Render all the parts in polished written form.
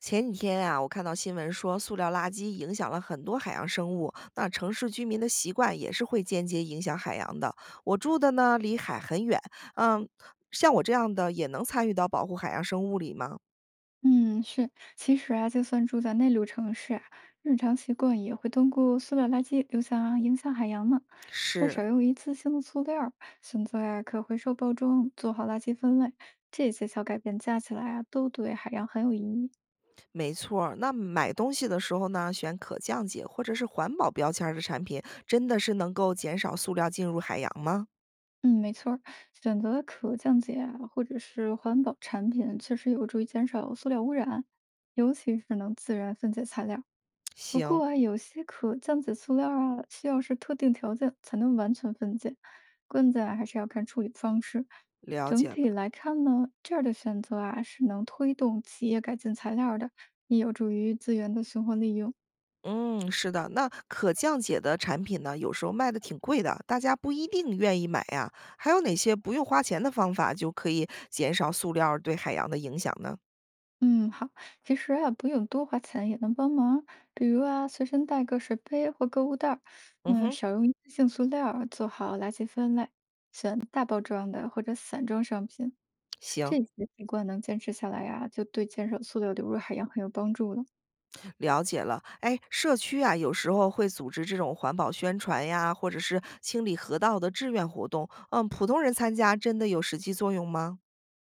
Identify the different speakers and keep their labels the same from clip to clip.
Speaker 1: 前几天啊，我看到新闻说，塑料垃圾影响了很多海洋生物。那城市居民的习惯也是会间接影响海洋的。我住的呢，离海很远，嗯，像我这样的也能参与到保护海洋生物里吗？
Speaker 2: 嗯，是，其实啊，就算住在内陆城市啊，日常习惯也会通过塑料垃圾流向啊影响海洋呢。那
Speaker 1: 是，
Speaker 2: 少用一次性的塑料选择呀可回收包装，做好垃圾分类，这些小改变加起来啊，都对海洋很有意义。
Speaker 1: 没错儿，那买东西的时候呢，选可降解或者是环保标签儿的产品，真的是能够减少塑料进入海洋吗？
Speaker 2: 嗯，没错儿选择可降解啊或者是环保产品，确实有助于减少塑料污染，尤其是能自然分解材料。不
Speaker 1: 行，
Speaker 2: 过啊，有些可降解塑料啊，需要是特定条件才能完全分解，关键啊还是要看处理方式。
Speaker 1: 了
Speaker 2: 整
Speaker 1: 解
Speaker 2: 体
Speaker 1: 了。
Speaker 2: 来看呢，这样的选择啊是能推动企业改进材料儿的，也有助于资源的循环利用。
Speaker 1: 嗯，是的，那可降解的产品呢，有时候卖的挺贵的，大家不一定愿意买呀。还有哪些不用花钱的方法，就可以减少塑料对海洋的影响呢？
Speaker 2: 嗯，好，其实啊不用多花钱也能帮忙，比如啊随身带个水杯或购物袋儿，
Speaker 1: 嗯哼，
Speaker 2: 少用一次性塑料儿做好垃圾分类，选大包装的或者散装商品。
Speaker 1: 行，
Speaker 2: 这些习惯能坚持下来呀、就对减少塑料流入海洋很有帮助了。
Speaker 1: 了解了。哎，社区啊，有时候会组织这种环保宣传呀，或者是清理河道的志愿活动。嗯，普通人参加真的有实际作用吗？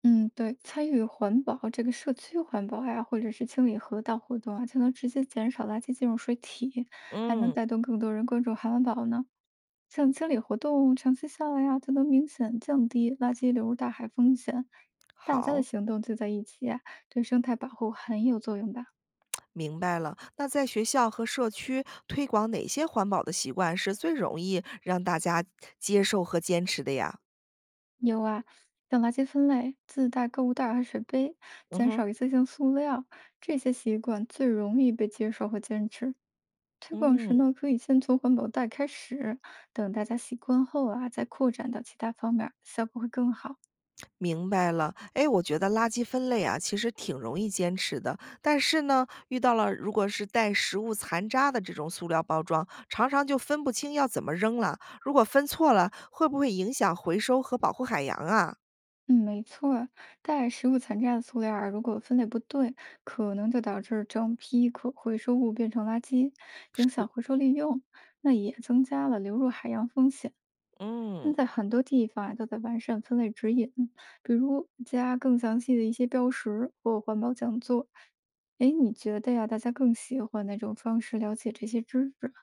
Speaker 2: 嗯，对，参与环保这个社区环保呀、或者是清理河道活动啊，就能直接减少垃圾进入水体，还能
Speaker 1: 嗯，
Speaker 2: 带动更多人关注海环保呢。像清理活动长期下来呀、就能明显降低垃圾流入大海风险。大家的
Speaker 1: 好。
Speaker 2: 行动聚在一起、啊，对生态保护很有作用的。
Speaker 1: 明白了，那在学校和社区推广哪些环保的习惯是最容易让大家接受和坚持的呀？
Speaker 2: 有啊，像垃圾分类、自带购物袋儿和水杯，
Speaker 1: 嗯
Speaker 2: 减
Speaker 1: 哼，
Speaker 2: 少一次性塑料，这些习惯最容易被接受和坚持。推广时
Speaker 1: 嗯，
Speaker 2: 呢，可以先从环保袋开始，等大家习惯后啊，再扩展到其他方面儿效果会更好。
Speaker 1: 明白了。哎，我觉得垃圾分类啊，其实挺容易坚持的，但是呢，遇到了如果是带食物残渣的这种塑料包装，常常就分不清要怎么扔了。如果分错了，会不会影响回收和保护海洋啊？
Speaker 2: 嗯，没错儿带食物残渣的塑料儿如果分类不对，可能就导致整批可回收物变成垃圾，影响回收利用，那也增加了流入海洋风险。现
Speaker 1: 嗯。
Speaker 2: 在很多地方啊都在完善分类指引，比如加更详细的一些标识或环保讲座。哎，你觉得呀，大家更喜欢哪种方式了解这些知识？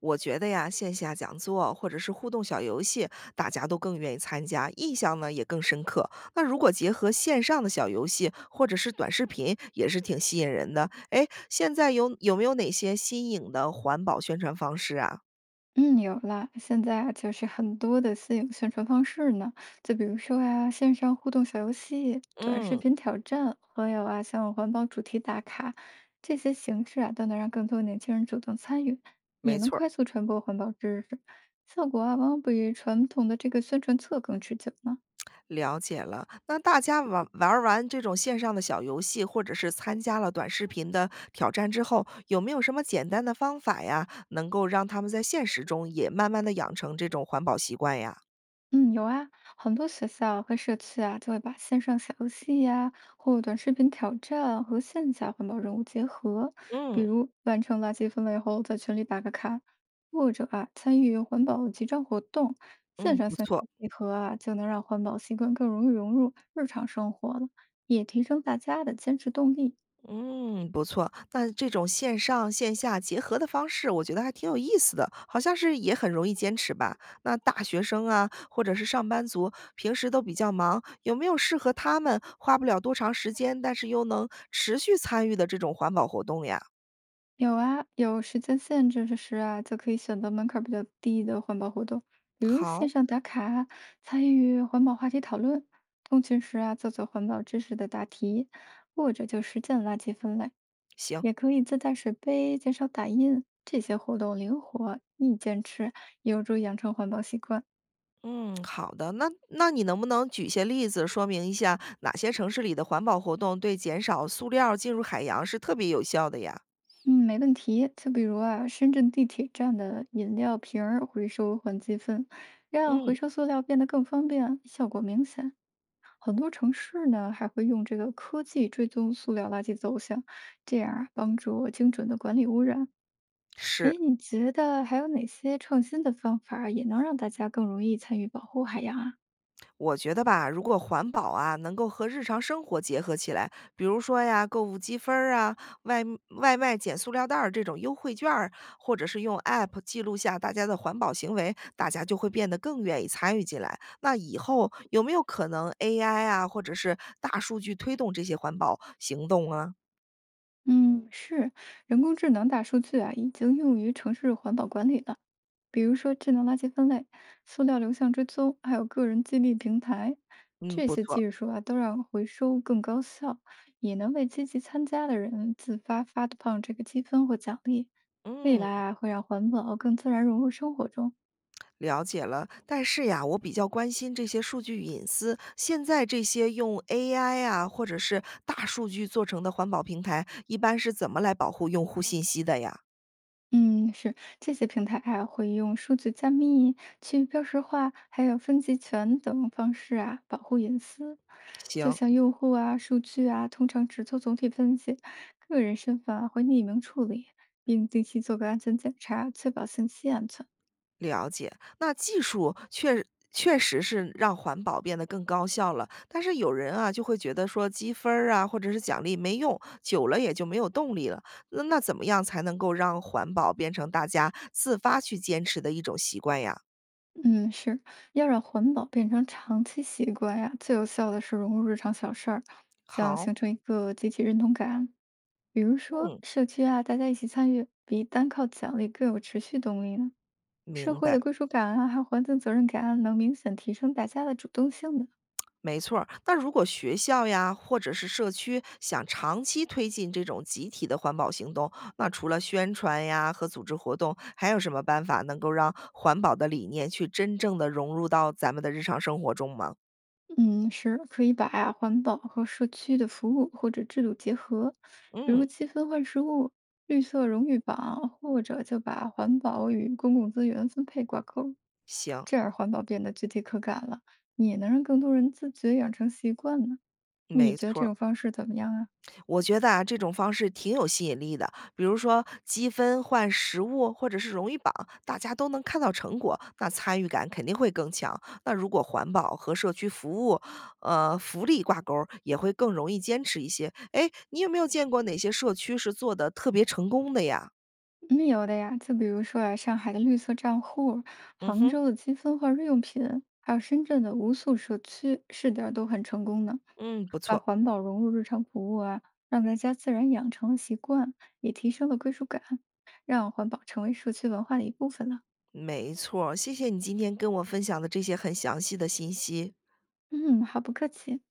Speaker 1: 我觉得呀，线下讲座或者是互动小游戏，大家都更愿意参加，印象呢也更深刻。那如果结合线上的小游戏或者是短视频，也是挺吸引人的。哎，现在有没有哪些新颖的环保宣传方式啊？
Speaker 2: 嗯，有啦，现在啊，就是很多的新颖宣传方式呢，就比如说啊，线上互动小游戏、短视
Speaker 1: 嗯，
Speaker 2: 频挑战，还友啊，像环保主题打卡，这些形式啊，都能让更多年轻人主动参与，也
Speaker 1: 没
Speaker 2: 能
Speaker 1: 错儿，
Speaker 2: 快速传播环保知识，效果啊，往往比传统的这个宣传册更持久呢。
Speaker 1: 了解了。那大家玩完这种线上的小游戏，或者是参加了短视频的挑战之后，有没有什么简单的方法呀，能够让他们在现实中也慢慢的养成这种环保习惯呀？
Speaker 2: 嗯，有啊，很多学校和社区啊，就会把线上小游戏呀、或短视频挑战和线下环保任务结合，比
Speaker 1: 嗯
Speaker 2: 如完成垃圾分类后，在群里打个卡，或者啊，参与环保集章活动，线
Speaker 1: 嗯，
Speaker 2: 上
Speaker 1: 不
Speaker 2: 线
Speaker 1: 错，
Speaker 2: 下结合啊，就能让环保习惯更容易融入日常生活了，也提升大家的坚持动力。
Speaker 1: 嗯，不错。那这种线上线下结合的方式，我觉得还挺有意思的，好像是也很容易坚持吧。那大学生啊，或者是上班族，平时都比较忙，有没有适合他们花不了多长时间，但是又能持续参与的这种环保活动呀？
Speaker 2: 有啊，有时间限制的时啊，就可以选择门槛儿比较低的环保活动，比如线
Speaker 1: 好，
Speaker 2: 上打卡啊、参与环保话题讨论、通勤时啊做做环保知识的答题，或者就实践垃圾分类，
Speaker 1: 行。
Speaker 2: 也可以自带水杯，减少打印。这些活动灵活易坚持，有助养成环保习惯。
Speaker 1: 嗯，好的。那你能不能举些例子，说明一下哪些城市里的环保活动对减少塑料进入海洋是特别有效的呀？
Speaker 2: 嗯，没问题。就比如啊，深圳地铁站的饮料瓶儿回收换积分，让回
Speaker 1: 嗯，
Speaker 2: 收塑料变得更方便，效果明显。很多城市呢还会用这个科技追踪塑料垃圾走向，这样啊帮助精准的管理污染。
Speaker 1: 是。
Speaker 2: 哎，你觉得还有哪些创新的方法也能让大家更容易参与保护海洋啊？
Speaker 1: 我觉得吧，如果环保啊能够和日常生活结合起来，比如说呀，购物积分儿啊，外外卖捡塑料袋儿这种优惠券儿，或者是用 App 记录下大家的环保行为，大家就会变得更愿意参与进来。那以后有没有可能 AI 啊，或者是大数据推动这些环保行动啊？
Speaker 2: 嗯，是人工智能大数据啊，已经用于城市环保管理了。比如说智能垃圾分类、塑料流向追踪，还有个人激励平台，
Speaker 1: 嗯，
Speaker 2: 这
Speaker 1: 不
Speaker 2: 些
Speaker 1: 错，
Speaker 2: 技术啊，都让回收更高效，也能为积极参加的人自发发放这个积分或奖励。未来
Speaker 1: 嗯。
Speaker 2: 啊，会让环保更自然融入生活中。
Speaker 1: 了解了，但是呀，我比较关心这些数据隐私。现在这些用 AI 啊，或者是大数据做成的环保平台，一般是怎么来保护用户信息的呀？
Speaker 2: 嗯，是，这些平台啊，会用数据加密、去标识化，还有分级权等方式啊，保护隐私。就
Speaker 1: 行，
Speaker 2: 像用户啊、数据啊，通常只做总体分析，个人身份啊会匿名处理，并定期做个安全检查，确保信息安全。
Speaker 1: 了解。那技术确实是让环保变得更高效了，但是有人啊就会觉得说积分儿啊或者是奖励没用，久了也就没有动力了。那怎么样才能够让环保变成大家自发去坚持的一种习惯呀？
Speaker 2: 嗯，是，要让环保变成长期习惯呀、最有效的是融入日常小事儿，像
Speaker 1: 好，
Speaker 2: 形成一个集体认同感。比如说
Speaker 1: 嗯，
Speaker 2: 社区啊，大家一起参与，比单靠奖励更有持续动力呢。社
Speaker 1: 明
Speaker 2: 会的
Speaker 1: 白。
Speaker 2: 归属感啊，还有环境责任感啊，能明显提升大家的主动性的。
Speaker 1: 没错儿，那如果学校呀，或者是社区想长期推进这种集体的环保行动，那除了宣传呀和组织活动，还有什么办法能够让环保的理念去真正的融入到咱们的日常生活中吗？
Speaker 2: 嗯，是可以把啊环保和社区的服务或者制度结合，比
Speaker 1: 嗯，
Speaker 2: 如积分换食物、绿色荣誉榜，或者就把环保与公共资源分配挂钩，
Speaker 1: 行，
Speaker 2: 这样环保变得具体可感了，也能让更多人自觉养成习惯呢。你
Speaker 1: 没
Speaker 2: 觉得
Speaker 1: 错
Speaker 2: 这
Speaker 1: 儿。
Speaker 2: 种方式怎么样啊？
Speaker 1: 我觉得啊，这种方式挺有吸引力的。比如说积分换实物，或者是荣誉榜，大家都能看到成果，那参与感肯定会更强。那如果环保和社区服务，福利挂钩儿也会更容易坚持一些。哎，你有没有见过哪些社区是做的特别成功的呀？
Speaker 2: 嗯，有的呀，就比如说啊，上海的绿色账户，
Speaker 1: 嗯
Speaker 2: 杭
Speaker 1: 哼，
Speaker 2: 州的积分化日用品，还有深圳的无塑社区试点儿都很成功呢，
Speaker 1: 嗯，不
Speaker 2: 把
Speaker 1: 错，
Speaker 2: 环保融入日常服务啊，让大家自然养成了习惯，也提升了归属感，让环保成为社区文化的一部分了。
Speaker 1: 没错谢谢你今天跟我分享的这些很详细的信息。
Speaker 2: 嗯，好，不客气。